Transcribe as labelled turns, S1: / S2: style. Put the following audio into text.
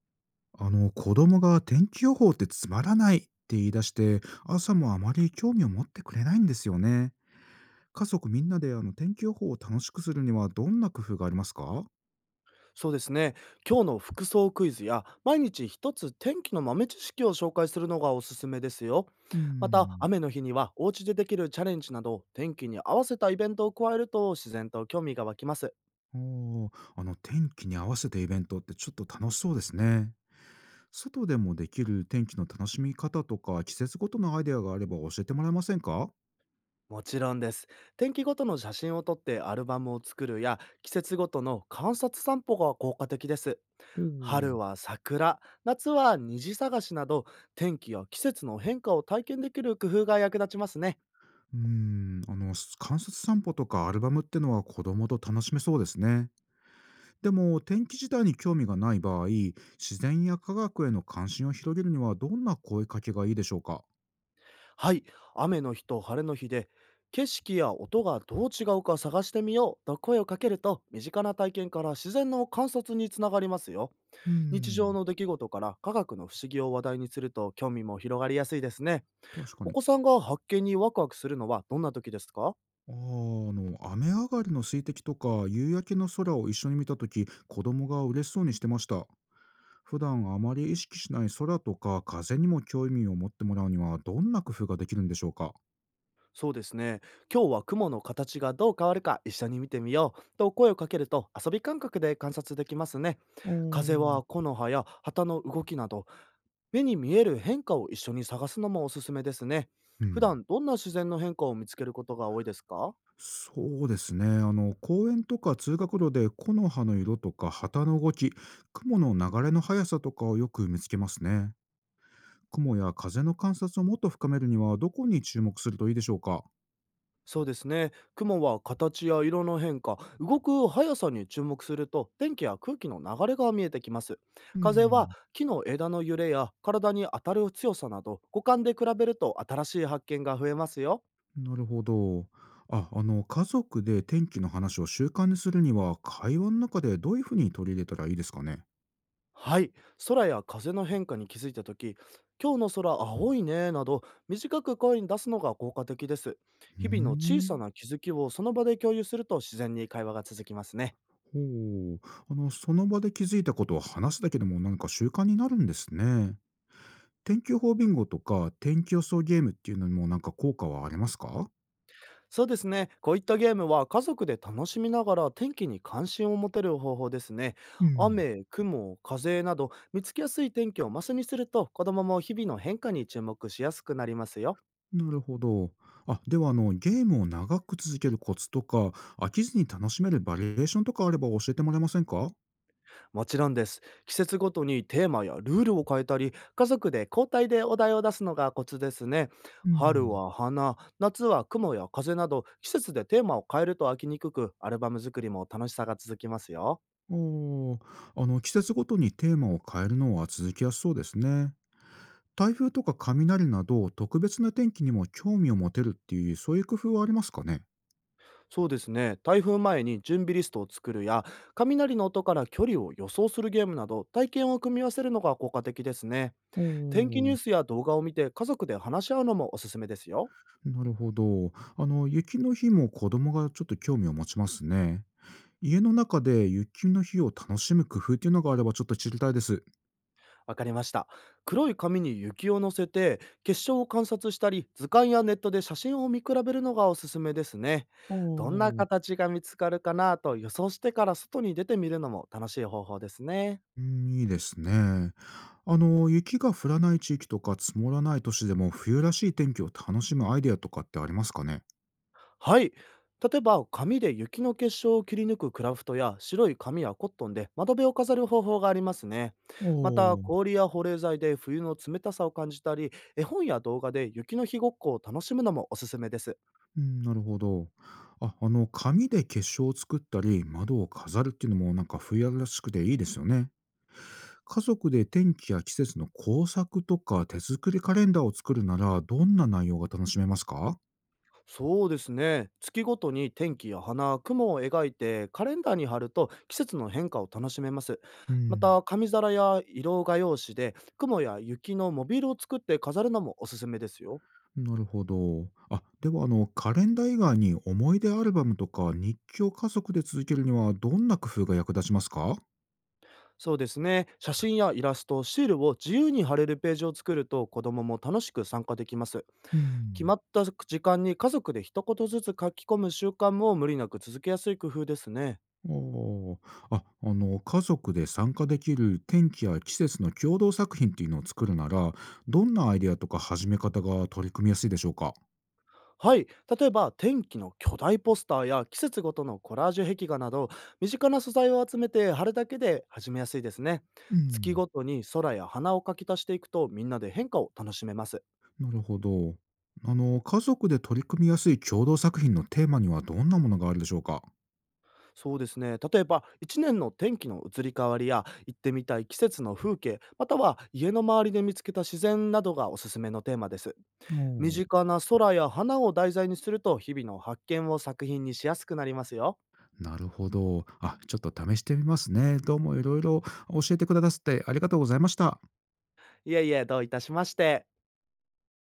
S1: 子供が天気予報ってつまらないって言い出して朝もあまり興味を持ってくれないんですよね。家族みんなで天気予報を楽しくするにはどんな工夫がありますか？
S2: そうですね。今日の服装クイズや毎日一つ天気の豆知識を紹介するのがおすすめですよ。
S1: うー
S2: また、
S1: ん。
S2: 雨の日にはお家でできるチャレンジなど、天気に合わせたイベントを加えると自然と興味が湧きます。
S1: おー。天気に合わせてイベントってちょっと楽しそうですね。外でもできる天気の楽しみ方とか季節ごとのアイデアがあれば教えてもらえませんか？
S2: もちろんです。天気ごとの写真を撮ってアルバムを作るや、季節ごとの観察散歩が効果的です。
S1: おー。
S2: 春は桜、夏は虹探しなど、天気や季節の変化を体験できる工夫が役立ちますね。
S1: うーんあの観察散歩とかアルバムってのは子供と楽しめそうですね。でも天気自体に興味がない場合自然や科学への関心を広げるにはどんな声かけがいいでしょうか？
S2: はい、雨の日と晴れの日で景色や音がどう違うか探してみようと声をかけると、身近な体験から自然の観察につながりますよ。
S1: うー
S2: 日常
S1: ん、
S2: の出来事から科学の不思議を話題にすると、興味も広がりやすいですね。
S1: 確か
S2: お
S1: に。
S2: 子さんが発見にワクワクするのはどんな時ですか？
S1: 雨上がりの水滴とか夕焼けの空を一緒に見た時子供が嬉しそうにしてました。普段あまり意識しない空とか風にも興味を持ってもらうにはどんな工夫ができるんでしょうか？
S2: そうですね。今日は雲の形がどう変わるか一緒に見てみようと声をかけると、遊び感覚で観察できますね。
S1: お
S2: 風は
S1: ー。
S2: 木の葉や旗の動きなど、目に見える変化を一緒に探すのもおすすめですね。
S1: う
S2: 普
S1: ん。
S2: 段どんな自然の変化を見つけることが多いですか？
S1: そうですね。公園とか通学路で木の葉の色とか旗の動き、雲の流れの速さとかをよく見つけますね。雲や風の観察をもっと深めるにはどこに注目するといいでしょうか？
S2: そうですね。雲は形や色の変化、動く速さに注目すると、天気や空気の流れが見えてきます。
S1: う
S2: 風は
S1: ん、
S2: 木の枝の揺れや体に当たる強さなど、五感で比べると新しい発見が増えますよ。
S1: なるほど。家族で天気の話を習慣にするには、会話の中でどういうふうに取り入れたらいいですかね？
S2: はい。空や風の変化に気づいたとき、今日の空青いねなど、短く声に出すのが効果的です。
S1: うー
S2: 日々の小さ
S1: ん。
S2: な気づきをその場で共有すると、自然に会話が続きますね。
S1: ほう。その場で気づいたことを話すだけでもなんか習慣になるんですね。天気予報ビンゴとか、天気予想ゲームっていうのにもなんか効果はありますか？
S2: そうですね。こういったゲームは家族で楽しみながら天気に関心を持てる方法ですね。
S1: うん。
S2: 雨、雲、風など見つけやすい天気をマスにすると、子供も日々の変化に注目しやすくなりますよ。
S1: なるほど。あ、ではゲームを長く続けるコツとか、飽きずに楽しめるバリエーションとかあれば教えてもらえませんか？
S2: もちろんです。季節ごとにテーマやルールを変えたり、家族で交代でお題を出すのがコツですね。
S1: う
S2: 春
S1: ん。
S2: は花、夏は雲や風など、季節でテーマを変えると飽きにくく、アルバム作りも楽しさが続きますよ。
S1: ああ、季節ごとにテーマを変えるのは続きやすそうですね。台風とか雷など、特別な天気にも興味を持てるっていう、そういう工夫はありますかね？
S2: そうですね。台風前に準備リストを作るや、雷の音から距離を予想するゲームなど、体験を組み合わせるのが効果的ですね。
S1: お
S2: 天気ニュ
S1: お、
S2: ースや動画を見て家族で話し合うのもおすすめですよ。
S1: なるほど。雪の日も子供がちょっと興味を持ちますね。家の中で雪の日を楽しむ工夫っていうのがあればちょっと知りたいです。
S2: わかりました。黒い紙に雪を乗せて、結晶を観察したり、図鑑やネットで写真を見比べるのがおすすめですね。
S1: ああ、
S2: どんな
S1: う
S2: 形が見つかるかなと予想してから外に出てみるのも楽しい方法ですね。
S1: ん、いいですね。雪が降らない地域とか積もらない都市でも冬らしい天気を楽しむアイデアとかってありますかね？
S2: はい。例えば、紙で雪の結晶を切り抜くクラフトや、白い紙やコットンで窓辺を飾る方法がありますね。
S1: お
S2: また、
S1: ー。
S2: 氷や保冷剤で冬の冷たさを感じたり、絵本や動画で雪の日ごっこを楽しむのもおすすめです。
S1: うん、なるほど。紙で結晶を作ったり、窓を飾るっていうのもなんか冬らしくていいですよね。家族で天気や季節の工作とか手作りカレンダーを作るなら、どんな内容が楽しめますか？
S2: そうですね。月ごとに天気や花、雲を描いて、カレンダーに貼ると季節の変化を楽しめます。
S1: う
S2: ま
S1: ん。
S2: た、紙皿や色画用紙で、雲や雪のモビルを作って飾るのもおすすめですよ。
S1: なるほど。あ、ではカレンダー以外に思い出アルバムとか日記を家族で続けるにはどんな工夫が役立ちますか？
S2: そうですね。写真やイラスト、シールを自由に貼れるページを作ると、子どもも楽しく参加できます。
S1: う
S2: 決ま
S1: ん。
S2: った時間に家族で一言ずつ書き込む習慣も、無理なく続けやすい工夫ですね。
S1: ああ家族で参加できる天気や季節の共同作品っていうのを作るならどんなアイデアとか始め方が取り組みやすいでしょうか？
S2: はい。例えば、天気の巨大ポスターや季節ごとのコラージュ壁画など、身近な素材を集めて貼るだけで始めやすいですね。
S1: う
S2: 月
S1: ん。
S2: ごとに空や花を描き足していくと、みんなで変化を楽しめます。
S1: なるほど。家族で取り組みやすい共同作品のテーマにはどんなものがあるでしょうか？
S2: そうですね。例えば、1年の天気の移り変わりや、行ってみたい季節の風景、または家の周りで見つけた自然などがおすすめのテーマです。
S1: お
S2: 身
S1: ー。
S2: 近な空や花を題材にすると、日々の発見を作品にしやすくなりますよ。
S1: なるほど。あ、ちょっと試してみますね。どうもいろいろ教えてくださってありがとうございました。
S2: いえいえ、どういたしまして。